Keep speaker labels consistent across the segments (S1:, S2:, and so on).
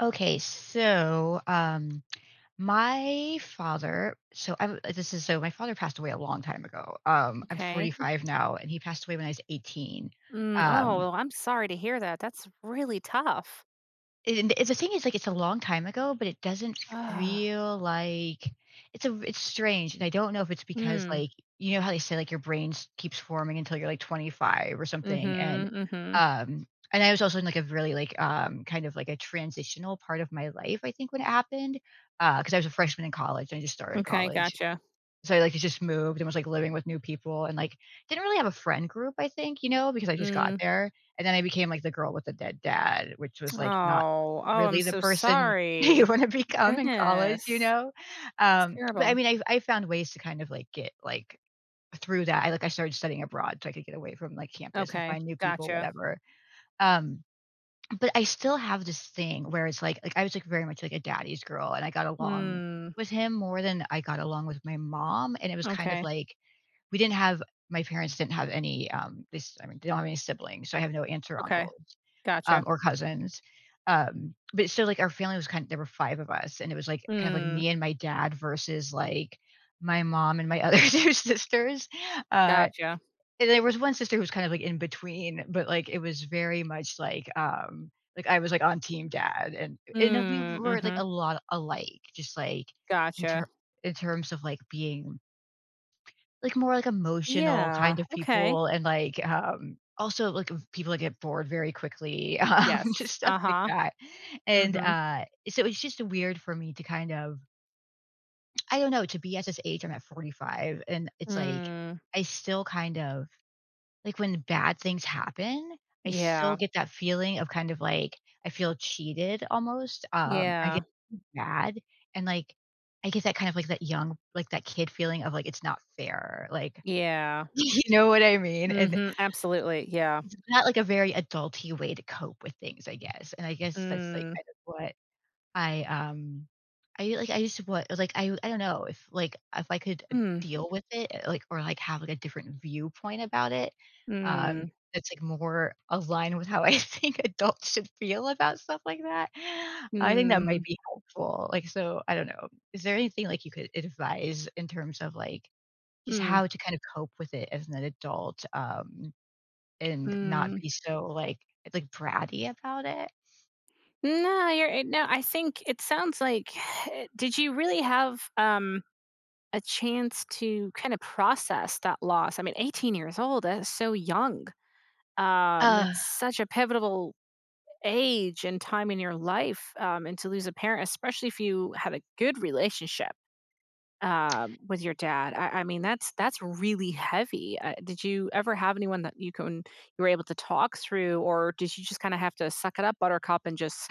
S1: Okay, so my father, so I'm this is so my father passed away a long time ago. I'm
S2: Okay.
S1: 45 now, and he passed away when I was 18.
S2: Mm, oh,
S1: Um
S2: well, I'm sorry to hear that. That's really tough.
S1: And the thing is, like, it's a long time ago, but it doesn't
S2: Ah.
S1: feel like it's strange, and I don't know if it's because,
S2: Mm.
S1: like, you know how they say, like, your brain s keeps forming until you're, like, 25 or
S2: Mm-hmm.
S1: something,
S2: Mm-hmm.
S1: um and I was also in, like, a really, like, kind of, like, a transitional part of my life, I think, when it happened, because I was a freshman in college, and I just started
S2: Okay,
S1: college.
S2: gotcha.
S1: So, like, I just moved and was, like, living with new people and, like, didn't really have a friend group, I think, you know, because I just got
S2: Mm.
S1: there, and then I became, like, the girl with the dead dad, which was, like, not
S2: Oh. Oh, I'm
S1: really the
S2: so
S1: person you
S2: sorry.
S1: wanna become in
S2: Goodness.
S1: college, you know?
S2: It's
S1: But, I
S2: terrible.
S1: mean, I found ways to kind of, like, get, like, through that. I started studying abroad so I could get away from, like, campus and
S2: Okay.
S1: find new people,
S2: Gotcha.
S1: whatever. Um but I still have this thing where it's like, I was, like, very much, like, a daddy's girl, and I got along
S2: Mm.
S1: with him more than I got along with my mom, and it was kind of
S2: Okay.
S1: like we didn't have my parents didn't have any, they don't have any siblings, so I have no aunts or
S2: Okay.
S1: uncles,
S2: Gotcha.
S1: or cousins, but so like, our family was kind of there were 5 of us, and it was, like, kind of like
S2: Mm.
S1: me and my dad versus, like, my mom and my other 2 sisters, uh
S2: Gotcha.
S1: and there was one sister who was kind of, like, in between, but, like, it was very much like, I was, like, on team dad, and we
S2: Mm.
S1: were, like,
S2: Mm-hmm.
S1: a lot alike, just, like, in
S2: Gotcha.
S1: ter in terms of, like, being, like, more, like, emotional
S2: Yeah.
S1: kind of
S2: Okay.
S1: people and, like, also, like, people that get bored very quickly,
S2: Yes.
S1: just stuff like
S2: Uh-huh.
S1: that, and,
S2: Mm-hmm.
S1: uh, so it's just weird for me to kind of I don't know. To be at this age, I'm at 45, and it's like,
S2: Mm.
S1: I still kind of when bad things happen, I still
S2: Yeah.
S1: get that feeling of kind of, like, I feel cheated almost. I
S2: Yeah.
S1: get mad, and, like, I get that kind of, like, that kid feeling of, like, it's not fair, like
S2: Yeah.
S1: you know what I mean? And
S2: Mhm, absolutely, yeah.
S1: it's not, like, a very adulty way to cope with things, I guess, and I guess that's, like,
S2: Mm,
S1: kind of what I, um I used to what like, I don't know if, like, if I could,
S2: mm,
S1: deal with it, like, or, like, have, like, a different viewpoint about it, um,
S2: mm,
S1: that's, like, more aligned with how I think adults should feel about stuff like that. I think that might
S2: mm,
S1: be helpful. Like, so, I don't know. Is there anything, like, you could advise in terms of, like, just
S2: mm,
S1: how to kind of cope with it as an adult, and not
S2: mm.
S1: be so, like, bratty about it?
S2: No, you're no, I think it sounds like did you really have, a chance to kinda process that loss? I mean, 18 years old, that is so young.
S1: Uh,
S2: That's such a pivotal age and time in your life, and to lose a parent, especially if you had a good relationship. With your dad, I mean, that's really heavy. Did you ever have anyone that you can you were able to talk through, or did you just kinda have to suck it up, buttercup, and just,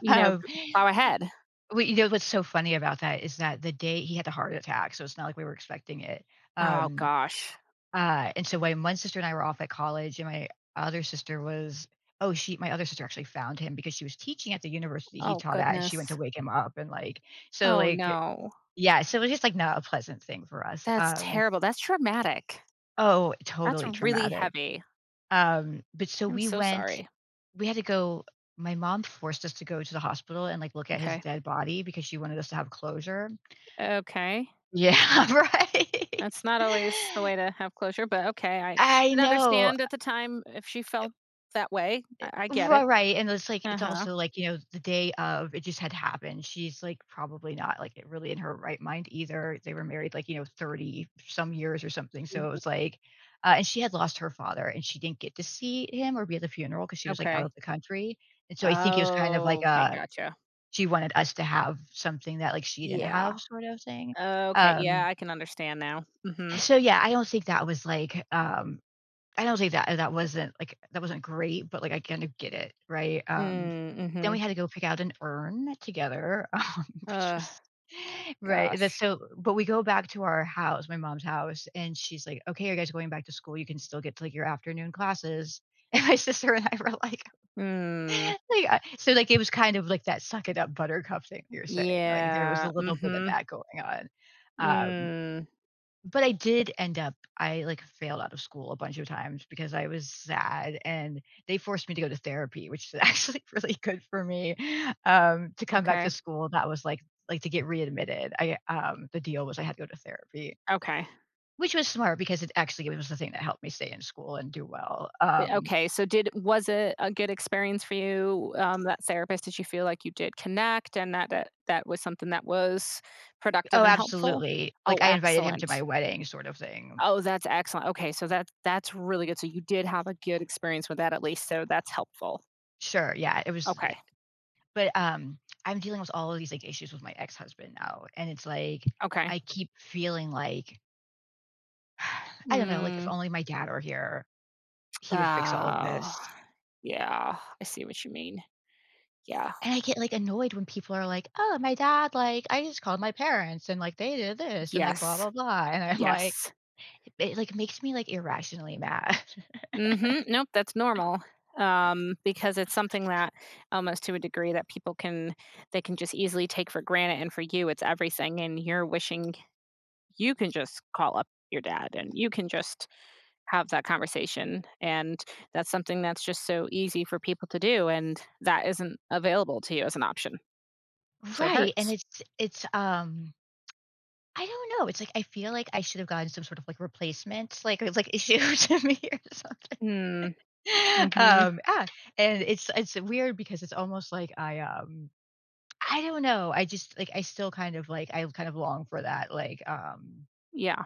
S2: you know, g
S1: um
S2: plow ahead?
S1: Well, you know what's so funny about that is that the day he had the heart attack, so it's not like we were expecting it.
S2: Oh
S1: Um,
S2: gosh.
S1: and so when one sister and I were off at college, and my other sister was oh, she my other sister actually found him because she was teaching at the university he
S2: Oh
S1: taught at, and she went to
S2: goodness.
S1: wake him up and like so
S2: Oh
S1: like
S2: no.
S1: yeah, so it was just like not a pleasant thing for us.
S2: That's terrible. That's traumatic.
S1: Oh,
S2: That's
S1: totally
S2: really
S1: traumatic.
S2: heavy.
S1: But so
S2: I'm so sorry.
S1: we had to go. My mom forced us to go to the hospital and like look at his
S2: Okay.
S1: dead body because she wanted us to have closure.
S2: Okay.
S1: Yeah, right.
S2: That's not always the way to have closure, but okay, I
S1: I
S2: can
S1: know.
S2: understand at the time if she felt that way. I
S1: Ri
S2: get it.
S1: Right, and it's like it's
S2: Uh-huh.
S1: also like, you know, the day of, it just had happened. She's, like, probably not, like, really in her right mind either. They were married, like, you know, 30 some years or something, so it
S2: Mhm.
S1: was like and she had lost her father, and she didn't get to see him or be at the funeral because she was, like, out
S2: Okay.
S1: of the country, and so I think it was kind of
S2: Oh,
S1: like
S2: okay,
S1: a
S2: gotcha.
S1: she wanted us to have something that, like, she didn't
S2: Yeah.
S1: have sort of thing.
S2: Okay, yeah,
S1: Um,
S2: I can understand now. Mhm.
S1: so, yeah, I don't think that was, like, I don't think that that wasn't, like that wasn't great, but, like, I kind of get it, right?
S2: Mm,
S1: Then
S2: mhm.
S1: we had to go pick out an urn together, which
S2: Ugh,
S1: was right, that's
S2: gosh.
S1: so but we go back to our house, my mom's house, and she's like, "Okay, you guys are going back to school, you can still get to, like, your afternoon classes." And my sister and I were like
S2: Mm,
S1: like, so, like, it was kind of like that "suck it up, buttercup" thing you're saying, like, there was
S2: yeah,
S1: a little bit of
S2: mhm.
S1: that going on. Um
S2: Mm,
S1: but I did end up, like, failed out of school a bunch of times because I was sad, and they forced me to go to therapy, which is actually really good for me, to come back to
S2: okay,
S1: school. That was, like, to get readmitted. The deal was I had to go to therapy,
S2: okay.
S1: which was smart because it actually was the thing that helped me stay in school and do well.
S2: Okay, so did was it a good experience for you, that therapist? Did you feel like you did connect and that that was something that was productive
S1: Oh,
S2: and helpful?
S1: absolutely.
S2: Oh,
S1: Like, I invited him to my
S2: excellent.
S1: wedding sort of thing.
S2: Oh, that's excellent. Okay, so that that's really good. So you did have a good experience with that at least, so that's helpful.
S1: Sure, yeah, it was.
S2: Okay.
S1: But, I'm dealing with all of these, like, issues with my ex-husband now, and it's like,
S2: Okay.
S1: I keep feeling like, I don't know, like, if
S2: Mm,
S1: only my dad were here, he would fix all of
S2: oh,
S1: this.
S2: yeah. I see what you mean. Yeah.
S1: And I get, like, annoyed when people are like, "Oh, my dad, like, I just called my parents and, like, they did this and, like, blah,
S2: Yes.
S1: blah, blah." And I'm like
S2: Yes.
S1: it, like, makes me, like, irrationally mad.
S2: Mhm. Nope, that's normal. Because it's something that almost to a degree that people can they can just easily take for granted, and for you it's everything, and you're wishing you can just call up your dad and you can just have that conversation, and that's something that's just so easy for people to do and that isn't available to you as an option. So it
S1: Right, and
S2: hurts.
S1: it's I don't know, it's like, I feel like I should have gotten some sort of, like, replacement, like, it's, like, issue to me or something.
S2: Hmm. Mhm.
S1: Um, ah, and it's weird because it's almost like I don't know, I just, like, I still kind of, like I kind of long for that, like,
S2: Yeah.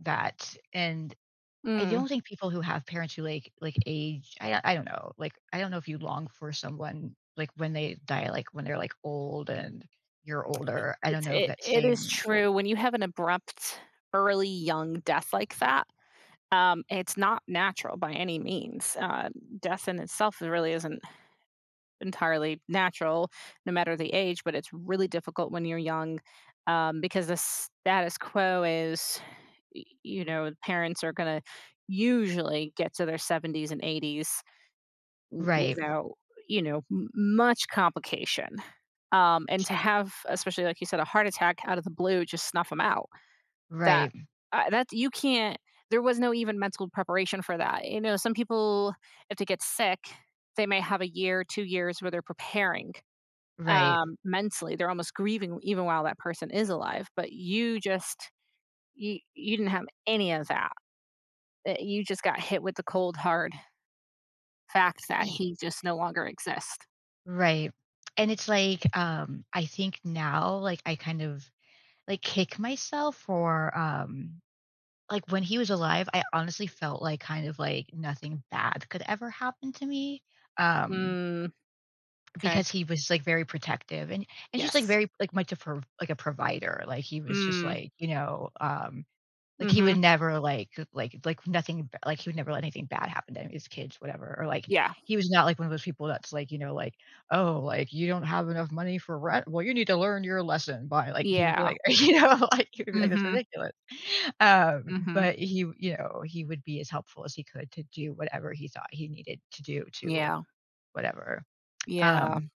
S1: that and I don't
S2: Mm.
S1: think people who have parents who, like, age I I don't know, like, I don't know if you long for someone, like, when they die, like, when they're, like, old and you're older. I don't
S2: It's
S1: know if
S2: it
S1: that
S2: it is
S1: same
S2: true. When you have an abrupt, early, young death like that, it's not natural by any means. Death in itself really isn't entirely natural, no matter the age, but it's really difficult when you're young, because the status quo is, you know, parents are going to usually get to their 70s and 80s w
S1: Right,
S2: without, you know, m much complication. And to have, especially like you said, a heart attack out of the blue, just snuff them out. That
S1: right,
S2: that you can't there was no even mental preparation for that. You know, some people, if they get sick, they may have a year, 2 years where they're preparing,
S1: right.
S2: mentally. They're almost grieving even while that person is alive, but you just you didn't have any of that. You just got hit with the cold, hard fact that
S1: Ye
S2: he just no longer exists.
S1: Right. And it's like, I think now, like, I kind of kick myself for, like, when he was alive, I honestly felt like kind of like nothing bad could ever happen to me, um,
S2: Mm. Okay.
S1: because he was, like, very protective and just, like,
S2: Yes.
S1: very, like, much of her like, a provider, like, he was just,
S2: Mm.
S1: like, you know, like, he would
S2: Mhm.
S1: never, nothing b like, he would never let anything bad happen to any of his kids, whatever, or, like,
S2: Yeah.
S1: he was not, like, one of those people that's, like, you know, like, "Oh, like, you don't have enough money for rent? Well, you need to learn your lesson by" like, he would be
S2: Yeah.
S1: like you know, like, he would be
S2: Mm.
S1: like, "That's
S2: Mhm.
S1: ridiculous."
S2: Mm. Mhm.
S1: But he you know, he would be as helpful as he could to do whatever he thought he needed to do to
S2: Yeah.
S1: whatever.
S2: Yeah.
S1: Um,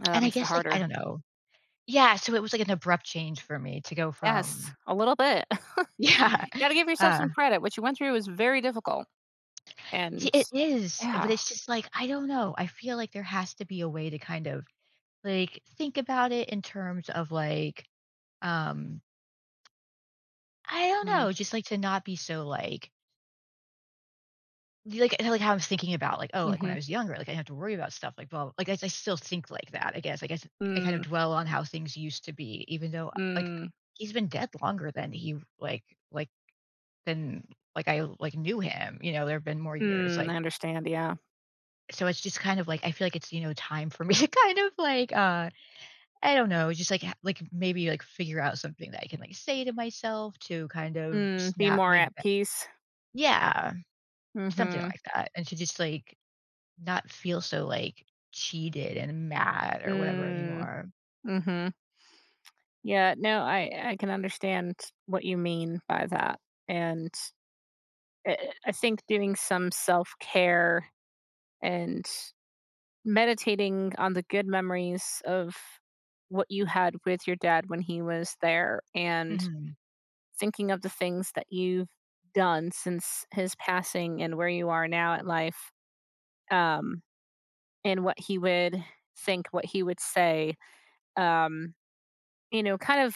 S2: Oh, that
S1: and I
S2: makes it
S1: guess, like, I
S2: harder.
S1: don't know. Yeah, so it was, like, an abrupt change for me to go
S2: Yes,
S1: from
S2: a little bit.
S1: yeah,
S2: Gotta give yourself
S1: uh
S2: some credit. What you went through was very difficult,
S1: See,
S2: and
S1: it is, but
S2: yeah.
S1: it's just like, I don't know. I feel like there has to be a way to kind of like think about it in terms of like, um, I don't
S2: Mm.
S1: know, just like to not be so like, like how I'm thinking about like, oh, like when
S2: Mhm.
S1: I was younger, like I didn't have to worry about stuff like, well, like I still think like that. I guess I kind of
S2: Mm.
S1: dwell on how things used to be, even though like
S2: Mm.
S1: he's been dead longer than he like than like I like knew him. You know, there have been more years.
S2: Mm,
S1: Like
S2: I understand, yeah.
S1: So it's just kind of like I feel like it's, you know, time for me to kind of like I don't know, just like like maybe like figure out something that I can like say to myself to kind of
S2: Mm, be
S1: snap
S2: more
S1: me
S2: at
S1: back.
S2: peace.
S1: Yeah,
S2: Mm.
S1: something
S2: Mhm.
S1: like that. And to just like not feel so like cheated and mad or whatever
S2: Mm.
S1: anymore.
S2: Mhm. Yeah, no, I can understand what you mean by that, and I think doing some self care and meditating on the good memories of what you had with your dad when he was there and
S1: Hmm
S2: thinking of the things that you've done since his passing and where you are now at life, um, and what he would think, what he would say. Um, you know, kind of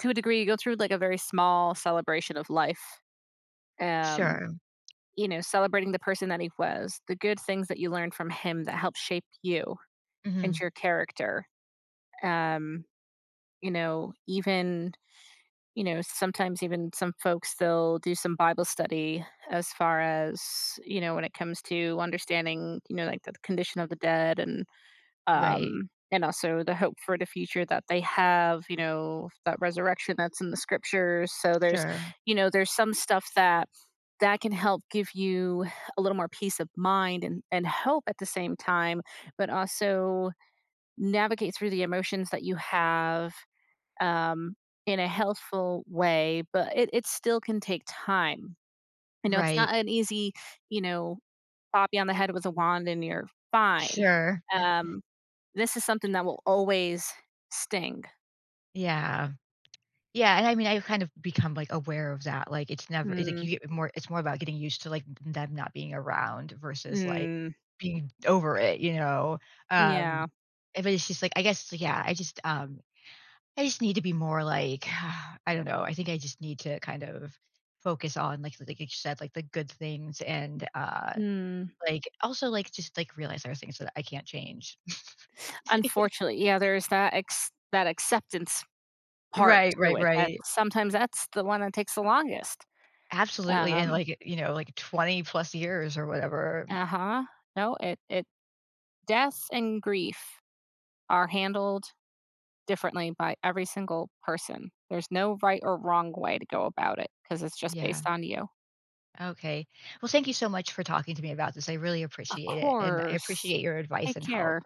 S2: to a degree, you go through like a very small celebration of life. Um,
S1: Sure.
S2: you know, celebrating the person that he was, the good things that you learned from him that helped shape you and
S1: hmm
S2: your character. Um, you know, even, you know, sometimes even some folks, they'll do some Bible study as far as, you know, when it comes to understanding, you know, like the condition of the dead
S1: Right.
S2: and also the hope for the future that they have. You know that resurrection that's in the scriptures. So there's,
S1: Sure.
S2: you know, there's some stuff that that can help give you a little more peace of mind and hope at the same time, but also navigate through the emotions that you have, um, in a healthful way, but it still can take time. You know, it's
S1: Right.
S2: not an easy, you know, pop you on the head with a wand and you're fine.
S1: Sure.
S2: Um, this is something that will always sting.
S1: Yeah. Yeah, and I mean, I've kind of become, like, aware of that, like, it's never it's like
S2: Mm,
S1: you get more it's more about getting used to, like, them not being around versus, like,
S2: mm,
S1: being over it, you know? Um,
S2: yeah,
S1: but it's just, like, I guess, so, yeah, I just need to be more, like, I don't know, I think I just need to kind of focus on, like you said, like, the good things and,
S2: mm.
S1: like, also, like, just, like, realize there are things that I can't change.
S2: Unfortunately, yeah, there's that ex that acceptance part
S1: Right,
S2: to
S1: right,
S2: it that
S1: right.
S2: sometimes that's the one that takes the longest.
S1: Absolutely, and,
S2: Um,
S1: like, you know, like, 20 plus years or whatever.
S2: uh-huh. No, it death and grief are handled differently by every single person. There's no right or wrong way to go about it because it's just
S1: Yeah.
S2: based on you.
S1: Okay. Well, thank you so much for talking to me about this. I really
S2: Of
S1: appreciate it. And I
S2: course.
S1: appreciate your advice
S2: Take
S1: and
S2: care.
S1: help.